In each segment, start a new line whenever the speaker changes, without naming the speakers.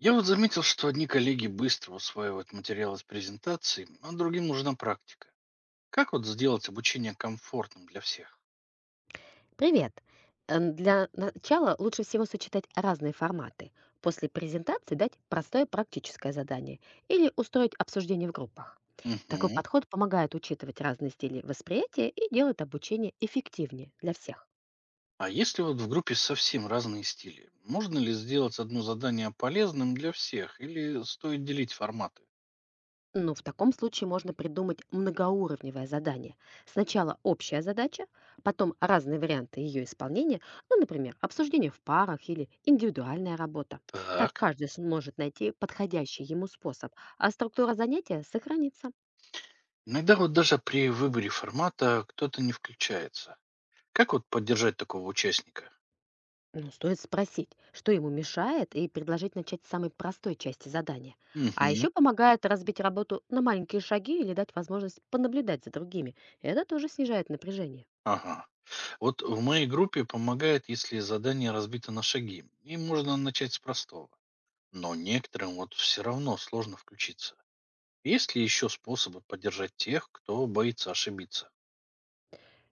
Я вот заметил, что одни коллеги быстро усваивают материал из презентаций, а другим нужна практика. Как вот сделать обучение комфортным для всех?
Привет! Для начала лучше всего сочетать разные форматы. После презентации дать простое практическое задание или устроить обсуждение в группах. Такой
Мгм.
подход помогает учитывать разные стили восприятия и делает обучение эффективнее для всех.
А если вот в группе совсем разные стили, можно ли сделать одно задание полезным для всех или стоит делить форматы?
Но в таком случае можно придумать многоуровневое задание. Сначала общая задача, потом разные варианты ее исполнения, ну, например, обсуждение в парах или индивидуальная работа. Так
Так.
каждый сможет найти подходящий ему способ, а структура занятия сохранится.
Иногда вот даже при выборе формата кто-то не включается. Как вот поддержать такого участника?
Но стоит спросить, что ему мешает, и предложить начать с самой простой части задания. А
Мгм.
еще помогает разбить работу на маленькие шаги или дать возможность понаблюдать за другими. Это тоже снижает напряжение.
Ага. Вот в моей группе помогает, если задание разбито на шаги, и можно начать с простого. Но некоторым вот все равно сложно включиться. Есть ли еще способы поддержать тех, кто боится ошибиться?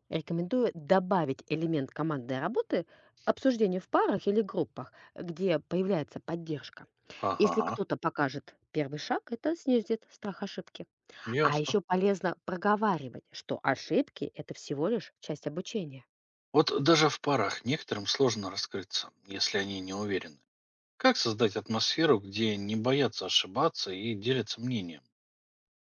Рекомендую добавить элемент командной работы, обсуждение в парах или группах, где появляется поддержка. Если
Ага,
кто-то покажет первый шаг, это снизит страх ошибки. А
ясно.
еще полезно проговаривать, что ошибки– это всего лишь часть обучения.
Вот даже в парах некоторым сложно раскрыться, если они не уверены. Как создать атмосферу, где не боятся ошибаться и делятся мнением?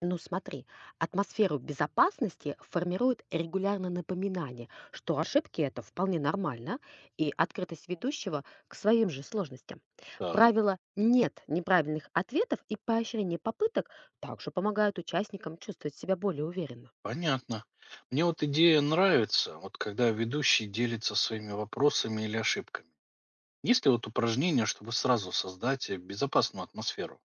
Ну смотри, атмосферу безопасности формирует регулярное напоминание, что ошибки это вполне нормально, и открытость ведущего к своим же сложностям.
Так,
Правило «нет неправильных ответов» и поощрение попыток также помогают участникам чувствовать себя более уверенно.
понятно. Мне вот идея нравится, вот когда ведущий делится своими вопросами или ошибками. Есть ли вот упражнение, чтобы сразу создать безопасную атмосферу?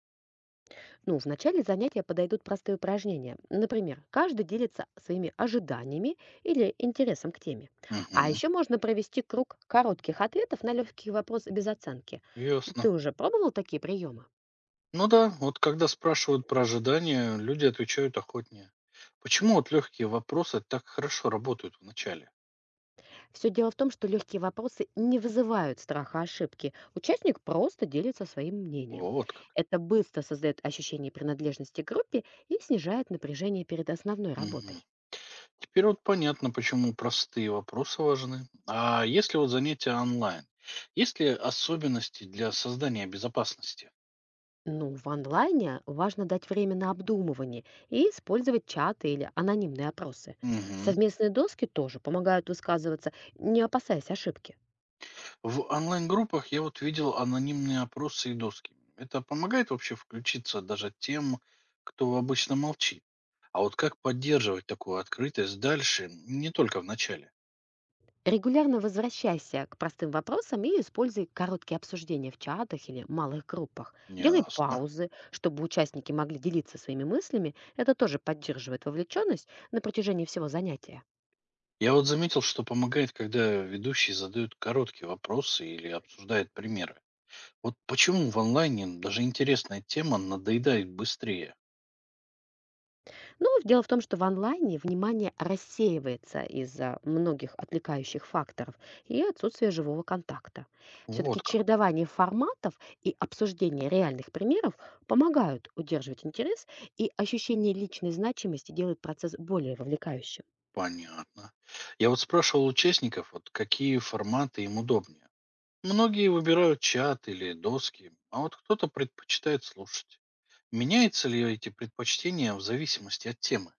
Ну, в начале занятия подойдут простые упражнения. Например, каждый делится своими ожиданиями или интересом к теме. А
Угу,
еще можно провести круг коротких ответов на легкие вопросы без оценки.
ясно.
Ты уже пробовал такие приемы?
Ну да, вот когда спрашивают про ожидания, люди отвечают охотнее. Почему вот легкие вопросы так хорошо работают в начале?
Все дело в том, что легкие вопросы не вызывают страха ошибки. Участник просто делится своим мнением.
Вот как.
Это быстро создает ощущение принадлежности к группе и снижает напряжение перед основной
Мгм.
работой.
Теперь вот понятно, почему простые вопросы важны. А если вот занятия онлайн, есть ли особенности для создания безопасности?
Ну, в онлайне важно дать время на обдумывание и использовать чаты или анонимные опросы.
Мгм.
Совместные доски тоже помогают высказываться, не опасаясь ошибки.
В онлайн-группах я вот видел анонимные опросы и доски. Это помогает вообще включиться даже тем, кто обычно молчит. А вот как поддерживать такую открытость дальше, не только в начале?
Регулярно возвращайся к простым вопросам и используй короткие обсуждения в чатах или малых группах. Делай
Ясно.
паузы, чтобы участники могли делиться своими мыслями. Это тоже поддерживает вовлеченность на протяжении всего занятия.
Я вот заметил, что помогает, когда ведущий задают короткие вопросы или обсуждает примеры. Вот почему в онлайне даже интересная тема надоедает быстрее?
Ну, дело в том, что в онлайне внимание рассеивается из-за многих отвлекающих факторов и отсутствия живого контакта.
Вот
Все-таки
как.
чередование форматов и обсуждение реальных примеров помогают удерживать интерес, и ощущение личной значимости делает процесс более вовлекающим.
Понятно. Я вот спрашивал участников, вот какие форматы им удобнее. Многие выбирают чат или доски, а вот кто-то предпочитает слушать. Меняются ли эти предпочтения в зависимости от темы?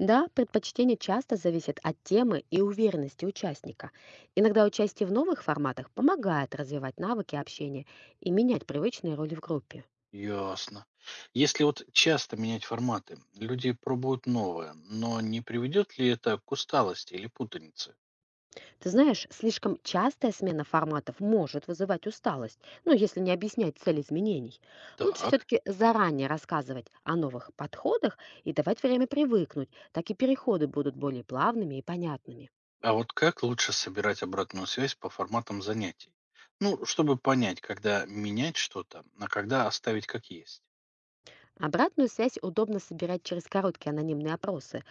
Да, предпочтение часто зависит от темы и уверенности участника. Иногда участие в новых форматах помогает развивать навыки общения и менять привычные роли в группе.
Ясно. Если вот часто менять форматы, люди пробуют новое, но не приведет ли это к усталости или путанице?
Ты знаешь, слишком частая смена форматов может вызывать усталость, ну, если не объяснять цель изменений. Лучше
Так.
все-таки заранее рассказывать о новых подходах и давать время привыкнуть, так и переходы будут более плавными и понятными.
А вот как лучше собирать обратную связь по форматам занятий? Ну, чтобы понять, когда менять что-то, а когда оставить как есть.
Обратную связь удобно собирать через короткие анонимные опросы,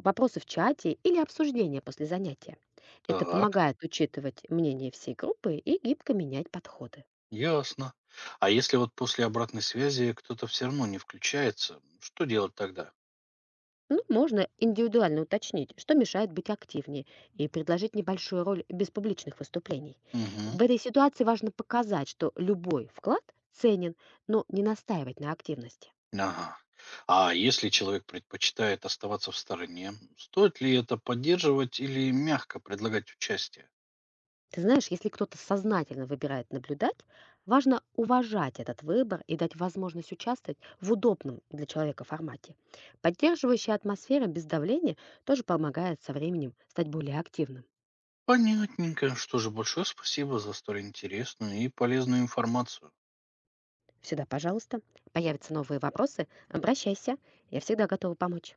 вопросы в чате или обсуждения после занятия. Это
Так.
помогает учитывать мнение всей группы и гибко менять подходы.
Ясно. А если вот после обратной связи кто-то все равно не включается, что делать тогда?
Ну, можно индивидуально уточнить, что мешает быть активнее, и предложить небольшую роль без публичных выступлений.
Мгм.
В этой ситуации важно показать, что любой вклад ценен, но не настаивать на активности.
Ага. А если человек предпочитает оставаться в стороне, стоит ли это поддерживать или мягко предлагать участие?
Ты знаешь, если кто-то сознательно выбирает наблюдать, важно уважать этот выбор и дать возможность участвовать в удобном для человека формате. Поддерживающая атмосфера без давления тоже помогает со временем стать более активным.
Понятненько. Что же, большое спасибо за столь интересную и полезную информацию.
Всегда пожалуйста. Появятся новые вопросы, обращайся. Я всегда готова помочь.